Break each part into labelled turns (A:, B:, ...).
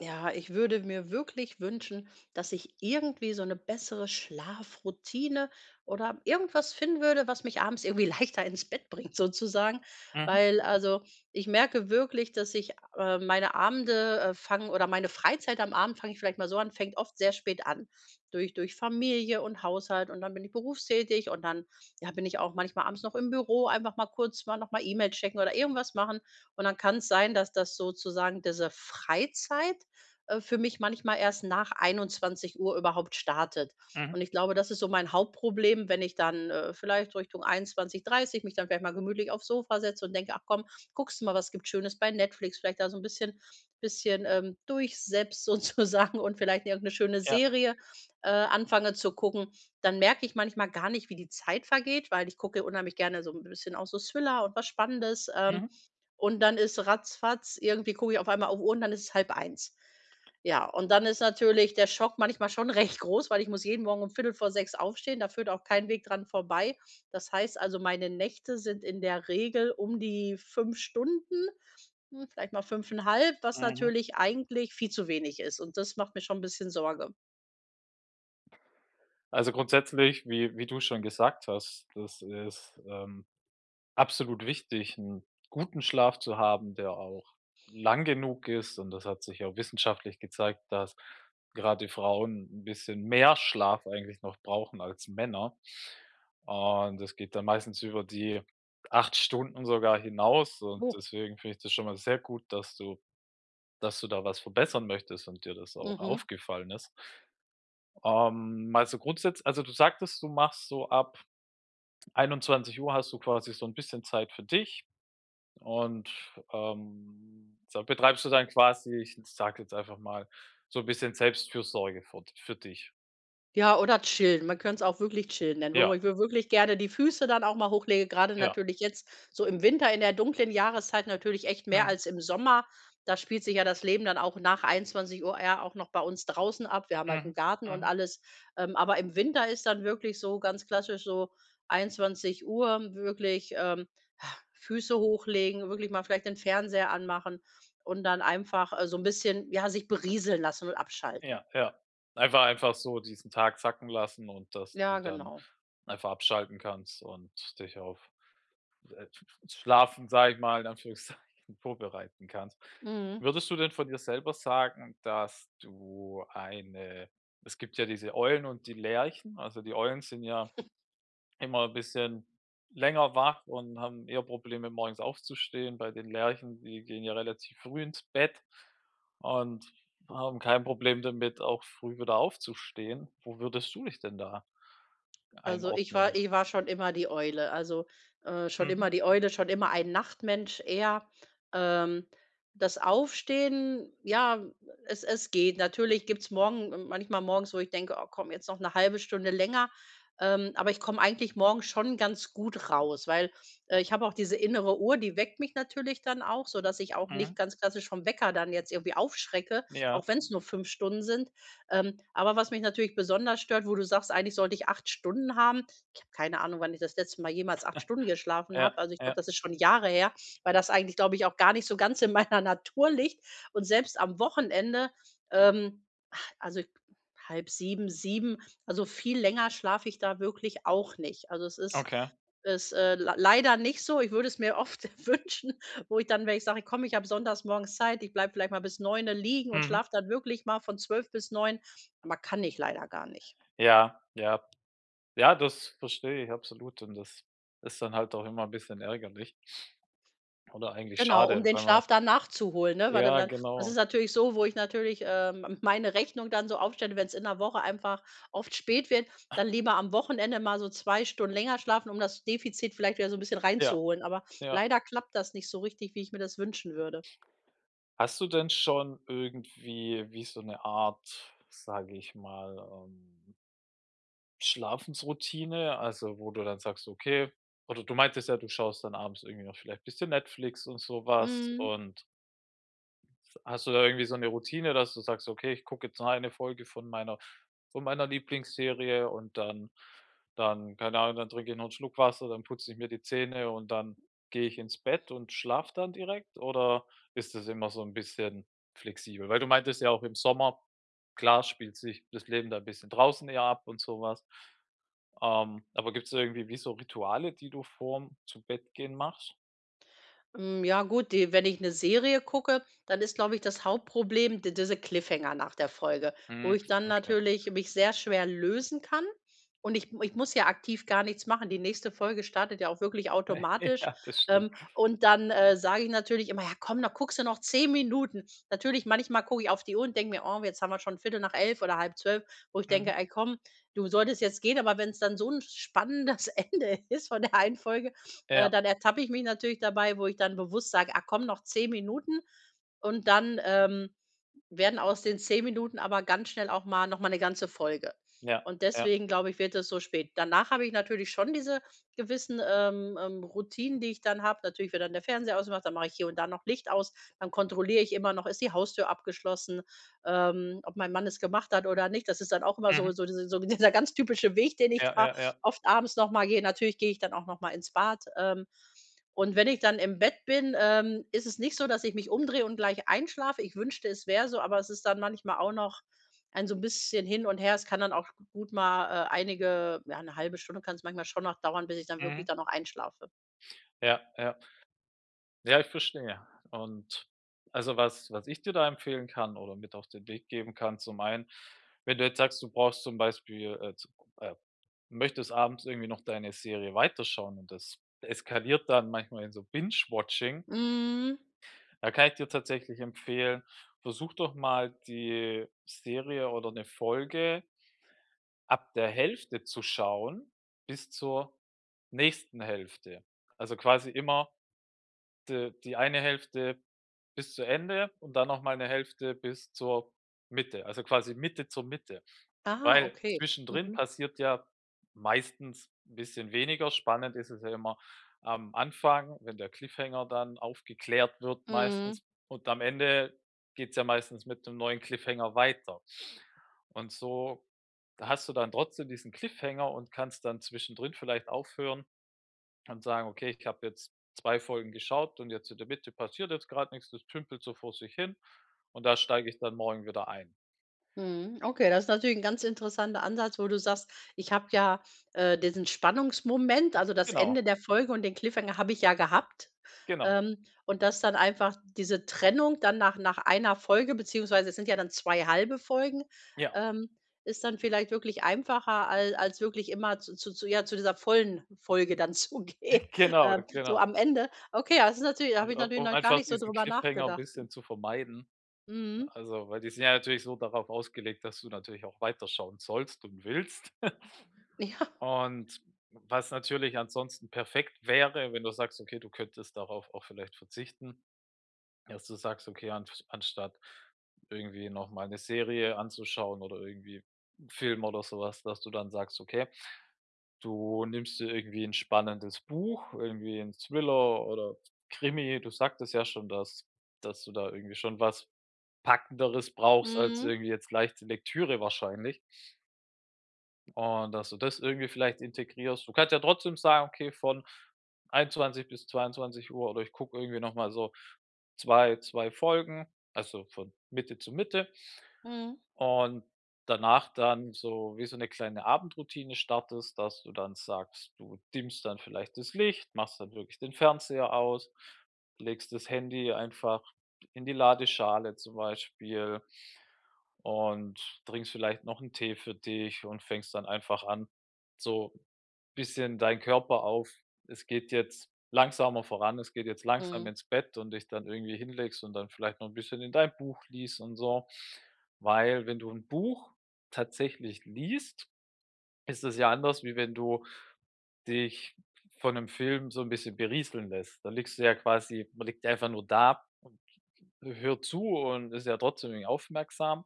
A: Ja, ich würde mir wirklich wünschen, dass ich irgendwie so eine bessere Schlafroutine oder irgendwas finden würde, was mich abends irgendwie leichter ins Bett bringt sozusagen.
B: Mhm,
A: Weil, also, ich merke wirklich, dass ich, meine Abende, fangen oder meine Freizeit am Abend fange ich vielleicht mal so an, fängt oft sehr spät an. Durch Familie und Haushalt und dann bin ich berufstätig und dann, ja, bin ich auch manchmal abends noch im Büro, einfach mal kurz mal noch mal E-Mail checken oder irgendwas machen. Und dann kann es sein, dass das sozusagen diese Freizeit für mich manchmal erst nach 21 Uhr überhaupt startet.
B: mhm,
A: Und ich glaube, das ist so mein Hauptproblem, wenn ich dann, vielleicht Richtung 21:30 mich dann vielleicht mal gemütlich aufs Sofa setze und denke: „Ach komm, guckst du mal, was gibt's Schönes bei Netflix?" Vielleicht da so ein bisschen durchseppst sozusagen und vielleicht irgendeine schöne
B: ja,
A: Serie, anfange zu gucken. Dann merke ich manchmal gar nicht, wie die Zeit vergeht, weil ich gucke unheimlich gerne so ein bisschen auch so Thriller und was Spannendes,
B: mhm,
A: und dann ist ratzfatz, irgendwie gucke ich auf einmal auf Uhr und dann ist es halb eins. Ja, und dann ist natürlich der Schock manchmal schon recht groß, weil ich muss jeden Morgen um viertel vor sechs aufstehen. Da führt auch kein Weg dran vorbei. Das heißt also, meine Nächte sind in der Regel um die 5 Stunden, vielleicht mal fünfeinhalb, was
B: mhm.
A: natürlich eigentlich viel zu wenig ist und das macht mir schon ein bisschen Sorge.
B: Also, grundsätzlich, wie du schon gesagt hast, das ist, absolut wichtig, 'n guten Schlaf zu haben, der auch lang genug ist und das hat sich ja wissenschaftlich gezeigt, dass grade Frauen ein bisschen mehr Schlaf eigentlich noch brauchen als Männer. Und das geht dann meistens über die 8 Stunden sogar hinaus und
A: Oh.
B: deswegen finde ich das schon mal sehr gut, dass du da was verbessern möchtest und dir das auch
A: Mhm.
B: aufgefallen ist. Mal so grundsätzlich, also, du sagtest, du machst so ab 21 Uhr hast du quasi so ein bisschen Zeit für dich und, da betreibst du dann quasi, ich sage jetzt einfach mal, so ein bisschen Selbstfürsorge für dich.
A: Ja, oder chillen. Man könnte es auch wirklich chillen nennen, wo
B: Ja,
A: ich wir wirklich gerne die Füße dann auch mal hochlege. Gerade
B: ja.
A: natürlich jetzt so im Winter in der dunklen Jahreszeit natürlich echt mehr
B: Mhm,
A: als im Sommer. Da spielt sich ja das Leben dann auch nach 21:00 eher auch noch bei uns draußen ab. Wir haben halt 'n
B: mhm,
A: Garten und
B: mhm.
A: alles. Aber im Winter ist dann wirklich so ganz klassisch so 21 Uhr wirklich, Füße hochlegen, wirklich mal vielleicht den Fernseher anmachen und dann einfach, so 'n bisschen, ja, sich berieseln lassen und abschalten.
B: Ja, ja. Einfach so diesen Tag sacken lassen und dass
A: Ja,
B: du dann
A: genau.
B: einfach abschalten kannst und dich auf Äh, Schlafen, sage ich mal, in Anführungszeichen vorbereiten kannst.
A: Mhm.
B: Würdest du denn von dir selber sagen. Dass du eine Es gibt ja diese Eulen und die Lerchen. Also, die Eulen sind ja immer ein bisschen länger wach und haben eher Probleme, morgens aufzustehen. Bei den Lerchen, die gehen ja relativ früh ins Bett und haben kein Problem damit, auch früh wieder aufzustehen. Wo würdest du dich denn da
A: Also, ich war
B: einordnen?
A: ich war schon immer die Eule. Also, schon
B: Mhm,
A: immer die Eule, schon immer ein Nachtmensch eher. Ähm, das Aufstehen, ja, es geht. Natürlich gibt's morgen manchmal morgens, wo ich denke: „Oh komm, jetzt noch eine halbe Stunde länger." Aber ich komme eigentlich morgens schon ganz gut raus, weil, ich habe auch diese innere Uhr, die weckt mich natürlich dann auch, sodass ich auch nicht
B: mhm.
A: ganz klassisch vom Wecker dann jetzt irgendwie aufschrecke,
B: Ja,
A: auch wenn es nur 5 Stunden sind. Aber was mich natürlich besonders stört, wo du sagst, eigentlich sollte ich 8 Stunden haben. Ich habe keine Ahnung, wann ich das letzte Mal jemals 8 Stunden geschlafen
B: ja,
A: habe. Also, ich
B: ja,
A: glaube, das ist schon Jahre her, weil das eigentlich, glaube ich, auch gar nicht so ganz in meiner Natur liegt. Und selbst am Wochenende, ähm also, halb 7, 7. Also, viel länger schlafe ich da wirklich auch nicht. Also, es ist
B: okay.
A: ist, leider nicht so. Ich würde es mir oft wünschen, wo ich dann wenn ich sage: „Komm, ich habe sonntags morgens Zeit, ich bleibe vielleicht mal bis 9 liegen und
B: Mhm.
A: schlafe dann wirklich mal von 12 bis 9. Aber kann ich leider gar nicht."
B: Ja, ja. Ja, das verstehe ich absolut und das ist dann halt auch immer ein bisschen ärgerlich oder eigentlich
A: Genau, um
B: schade.
A: den
B: Weil man
A: Schlaf dann nachzuholen, ne? Weil dann
B: Ja,
A: dann das
B: genau.
A: ist natürlich so, wo ich natürlich, meine Rechnung dann so aufstelle, wenn es in der Woche einfach oft spät wird, dann lieber am Wochenende mal so 2 Stunden länger schlafen, um das Defizit vielleicht wieder so ein bisschen
B: Ja,
A: reinzuholen. Aber
B: ja.
A: leider klappt das nicht so richtig, wie ich mir das wünschen würde.
B: Hast du denn schon irgendwie wie so eine Art, sage ich mal, Schlafensroutine, also, wo du dann sagst, okay oder du meintest ja, du schaust dann abends irgendwie noch vielleicht ein bisschen Netflix und sowas
A: Mhm.
B: und hast du da irgendwie so eine Routine, dass du sagst: „Okay, ich gucke jetzt nur eine Folge von meiner Lieblingsserie und dann keine Ahnung, dann trinke ich noch 'n Schluck Wasser, dann putze ich mir die Zähne und dann gehe ich ins Bett und schlafe dann direkt?" Oder ist das immer so ein bisschen flexibel? Weil du meintest ja auch im Sommer, klar spielt sich das Leben da ein bisschen draußen eher ab und so was. Aber gibt es irgendwie wie so Rituale, die du vorm Zubettgehen machst?
A: Ja gut, die wenn ich eine Serie gucke, dann ist, glaube ich, das Hauptproblem di diese Cliffhanger nach der Folge, wo
B: Mhm,
A: ich dann
B: okay.
A: natürlich mich sehr schwer lösen kann und ich muss ja aktiv gar nichts machen. Die nächste Folge startet ja auch wirklich automatisch,
B: Ja, das stimmt.
A: und dann, sage ich natürlich immer: „Ja komm, da guckst du noch 10 Minuten." Natürlich, manchmal gucke ich auf die Uhr und denke mir: „Oh, jetzt haben wir schon Viertel nach elf oder halb zwölf, wo ich denke:
B: Mhm.
A: „Ey komm, du solltest jetzt gehen." Aber wenn es dann so ein spannendes Ende ist von der einen Folge,
B: Ja,
A: dann ertappe ich mich natürlich dabei, wo ich dann bewusst sage: „Ah komm, noch 10 Minuten." Und dann, werden aus den 10 Minuten aber ganz schnell auch mal noch mal 'ne ganze Folge.
B: ja,
A: Und
B: ja.
A: deswegen, glaube ich, wird es so spät. Danach habe ich natürlich schon diese gewissen, Routinen, die ich dann habe. Natürlich wird dann der Fernseher ausgemacht, dann mache ich hier und da noch Licht aus, dann kontrolliere ich immer noch: Ist die Haustür abgeschlossen, ob mein Mann es gemacht hat oder nicht. Das ist dann auch immer so
B: Mhm.
A: so diese so dieser ganz typische Weg, den ich
B: Ja,
A: da
B: ja, ja.
A: oft abends noch mal gehe. Natürlich gehe ich dann auch noch mal ins Bad. Und wenn ich dann im Bett bin, ist es nicht so, dass ich mich umdrehe und gleich einschlafe. Ich wünschte, es wäre so, aber es ist dann manchmal auch noch ein so ein bisschen hin und her. Es kann dann auch gut mal, einige ja, eine halbe Stunde kann es manchmal schon noch dauern, bis ich dann wirklich
B: Mhm.
A: dann auch einschlafe.
B: Ja, ja. Ja, ich verstehe. Und also, was ich dir da empfehlen kann oder mit auf den Weg geben kann, zum einen, wenn du jetzt sagst, du brauchst zum Beispiel, zu äh, möchtest abends irgendwie noch deine Serie weiterschauen und das eskaliert dann manchmal in so Binge-Watching,
A: Mhm.
B: da kann ich dir tatsächlich empfehlen, versuch doch mal die Serie oder eine Folge ab der Hälfte zu schauen bis zur nächsten Hälfte. Also, quasi immer de die eine Hälfte bis zu Ende und dann noch mal 'ne Hälfte bis zur Mitte, also quasi Mitte zur Mitte.
A: Ah,
B: Weil
A: okay.
B: zwischendrin
A: Mhm.
B: passiert ja meistens ein bisschen weniger. Spannend ist es ja immer am Anfang, wenn der Cliffhanger dann aufgeklärt wird
A: Mhm.
B: meistens und am Ende geht's ja meistens mit einem neuen Cliffhanger weiter. Und so hast du dann trotzdem diesen Cliffhanger und kannst dann zwischendrin vielleicht aufhören und sagen: „Okay, ich habe jetzt 2 Folgen geschaut und jetzt in der Mitte passiert jetzt gerade nichts, das tümpelt so vor sich hin und da steige ich dann morgen wieder ein."
A: Mhm. Okay, das ist natürlich ein ganz interessanter Ansatz, wo du sagst: „Ich habe ja, diesen Spannungsmoment, also das
B: Genau,
A: Ende der Folge und den Cliffhanger habe ich ja gehabt."
B: genau.
A: Und dass dann einfach diese Trennung dann nach einer Folge, beziehungsweise es sind ja dann 2 halbe Folgen,
B: Ja,
A: ähm, ist dann vielleicht wirklich einfacher, als wirklich immer zu ja, zu dieser vollen Folge dann zu gehen,
B: genau,
A: so
B: genau.
A: am Ende. Okay, ja, das ist natürlich, da habe
B: Und
A: ich
B: um
A: natürlich
B: um
A: noch gar
B: einfach
A: nicht so
B: diesen
A: drüber
B: Cliffhanger ein
A: nachgedacht.
B: bisschen zu vermeiden,
A: Mhm.
B: also, weil die sind ja natürlich so darauf ausgelegt, dass du natürlich auch weiterschauen sollst und willst.
A: Ja.
B: Und was natürlich ansonsten perfekt wäre, wenn du sagst: „Okay, du könntest darauf auch vielleicht verzichten." Dass du sagst, okay, an anstatt irgendwie noch mal 'ne Serie anzuschauen oder irgendwie 'n Film oder so was, dass du dann sagst: „Okay, du nimmst dir irgendwie ein spannendes Buch, irgendwie ein Thriller oder Krimi." Du sagtest ja schon, dass du da irgendwie schon was Packenderes brauchst als
A: Mhm.
B: irgendwie jetzt leichte Lektüre wahrscheinlich. Und dass du das irgendwie vielleicht integrierst. Du kannst ja trotzdem sagen: „Okay, von 21:00 bis 22 Uhr oder ich gucke irgendwie noch mal so zwei Folgen, also von Mitte zu Mitte
A: Mhm.
B: und danach dann so wie so eine kleine Abendroutine startest, dass du dann sagst, du dimmst dann vielleicht das Licht, machst dann wirklich den Fernseher aus, legst das Handy einfach in die Ladeschale zum Beispiel und trinkst vielleicht noch einen Tee für dich und fängst dann einfach an, so bisschen deinen Körper auf, es geht jetzt langsamer voran, es geht jetzt langsam
A: Mhm.
B: ins Bett und dich dann irgendwie hinlegst und dann vielleicht noch ein bisschen in dein Buch liest und so. Weil wenn du ein Buch tatsächlich liest, ist es ja anders, wie wenn du dich von 'nem Film so ein bisschen berieseln lässt. Da liegst du ja quasi, man liegt ja einfach nur da und hört zu und ist ja trotzdem irgendwie aufmerksam.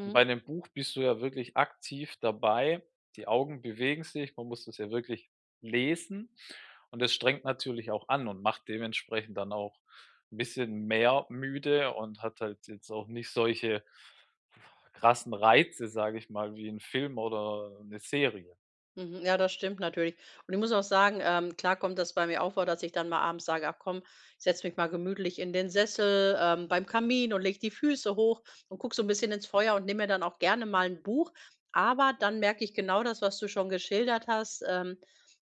B: Und bei 'nem Buch bist du ja wirklich aktiv dabei. Die Augen bewegen sich, man muss das ja wirklich lesen und das strengt natürlich auch an und macht dementsprechend dann auch ein bisschen mehr müde und hat halt jetzt auch nicht solche krassen Reize, sage ich mal, wie ein Film oder eine Serie.
A: Mhm. Ja, das stimmt natürlich. Und ich muss auch sagen, klar kommt das bei mir auch vor, dass ich dann mal abends sage, ach komm, ich setze mich mal gemütlich in den Sessel beim Kamin und lege die Füße hoch und gucke so ein bisschen ins Feuer und nehme mir dann auch gerne mal ein Buch. Aber dann merke ich genau das, was du schon geschildert hast.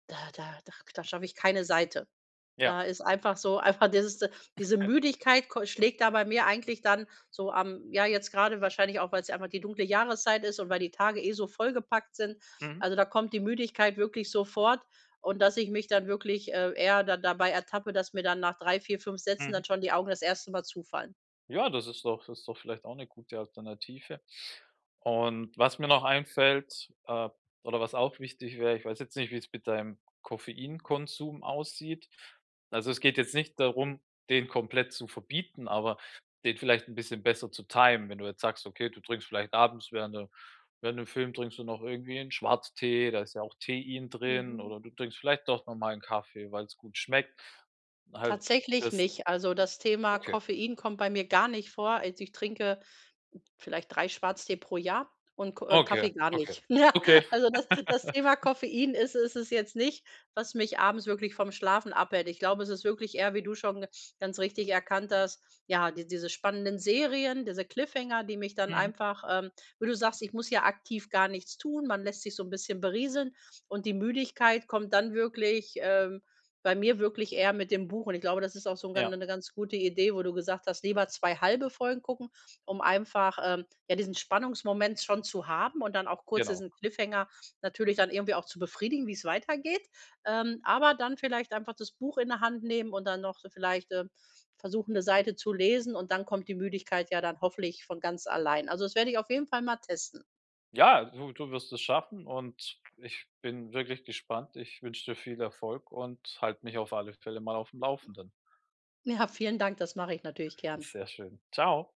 A: da schaffe ich keine Seite.
B: Ja.
A: Da ist einfach so einfach dieses diese Müdigkeit ko schlägt da bei mir eigentlich dann so am ja, jetzt gerade wahrscheinlich auch, weil es einfach die dunkle Jahreszeit ist und weil die Tage eh so vollgepackt sind.
B: Mhm.
A: Also, da kommt die Müdigkeit wirklich sofort und dass ich mich dann wirklich, eher da dabei ertappe, dass mir dann nach 3, 4, 5 Sätzen dann
B: Mhm.
A: schon die Augen das erste Mal zufallen.
B: Ja, das ist doch, das ist doch vielleicht auch eine gute Alternative. Und was mir noch einfällt, oder was auch wichtig wäre, ich weiß jetzt nicht, wie es mit deinem Koffeinkonsum aussieht. Also, es geht jetzt nicht darum, den komplett zu verbieten, aber den vielleicht ein bisschen besser zu timen. Wenn du jetzt sagst, okay, du trinkst vielleicht abends während der während dem Film trinkst du noch irgendwie einen Schwarztee, da ist ja auch Tein drin
A: Mhm.
B: oder du trinkst vielleicht doch noch mal 'n Kaffee, weil es gut schmeckt. Halt
A: Tatsächlich
B: das,
A: nicht. Also, das Thema
B: okay,
A: Koffein kommt bei mir gar nicht vor. Also, ich trinke vielleicht 3 Schwarztee pro Jahr und Ko und
B: okay,
A: Kaffee gar
B: okay,
A: nicht. Ja,
B: okay.
A: also, das das Thema Koffein ist es jetzt nicht, was mich abends wirklich vom Schlafen abhält. Ich glaube, es ist wirklich eher, wie du schon ganz richtig erkannt hast, ja, die diese spannenden Serien, diese Cliffhanger, die mich dann
B: Mhm.
A: einfach, wie du sagst, ich muss ja aktiv gar nichts tun. Man lässt sich so ein bisschen berieseln und die Müdigkeit kommt dann wirklich, bei mir wirklich eher mit dem Buch und ich glaube, das ist auch so 'n gan
B: Ja,
A: 'ne ganz gute Idee, wo du gesagt hast, lieber 2 halbe Folgen gucken, um einfach, ja, diesen Spannungsmoment schon zu haben und dann auch kurz
B: genau.
A: diesen Cliffhanger natürlich dann irgendwie auch zu befriedigen, wie's weitergeht. Aber dann vielleicht einfach das Buch in der Hand nehmen und dann noch so vielleicht, versuchen, 'ne Seite zu lesen und dann kommt die Müdigkeit ja dann hoffentlich von ganz allein. Also, das werde ich auf jeden Fall mal testen.
B: Ja, du wirst es schaffen und ich bin wirklich gespannt. Ich wünsche dir viel Erfolg und halte mich auf alle Fälle mal auf dem Laufenden.
A: Ja, vielen Dank, das mache ich natürlich gern.
B: Sehr schön. Ciao.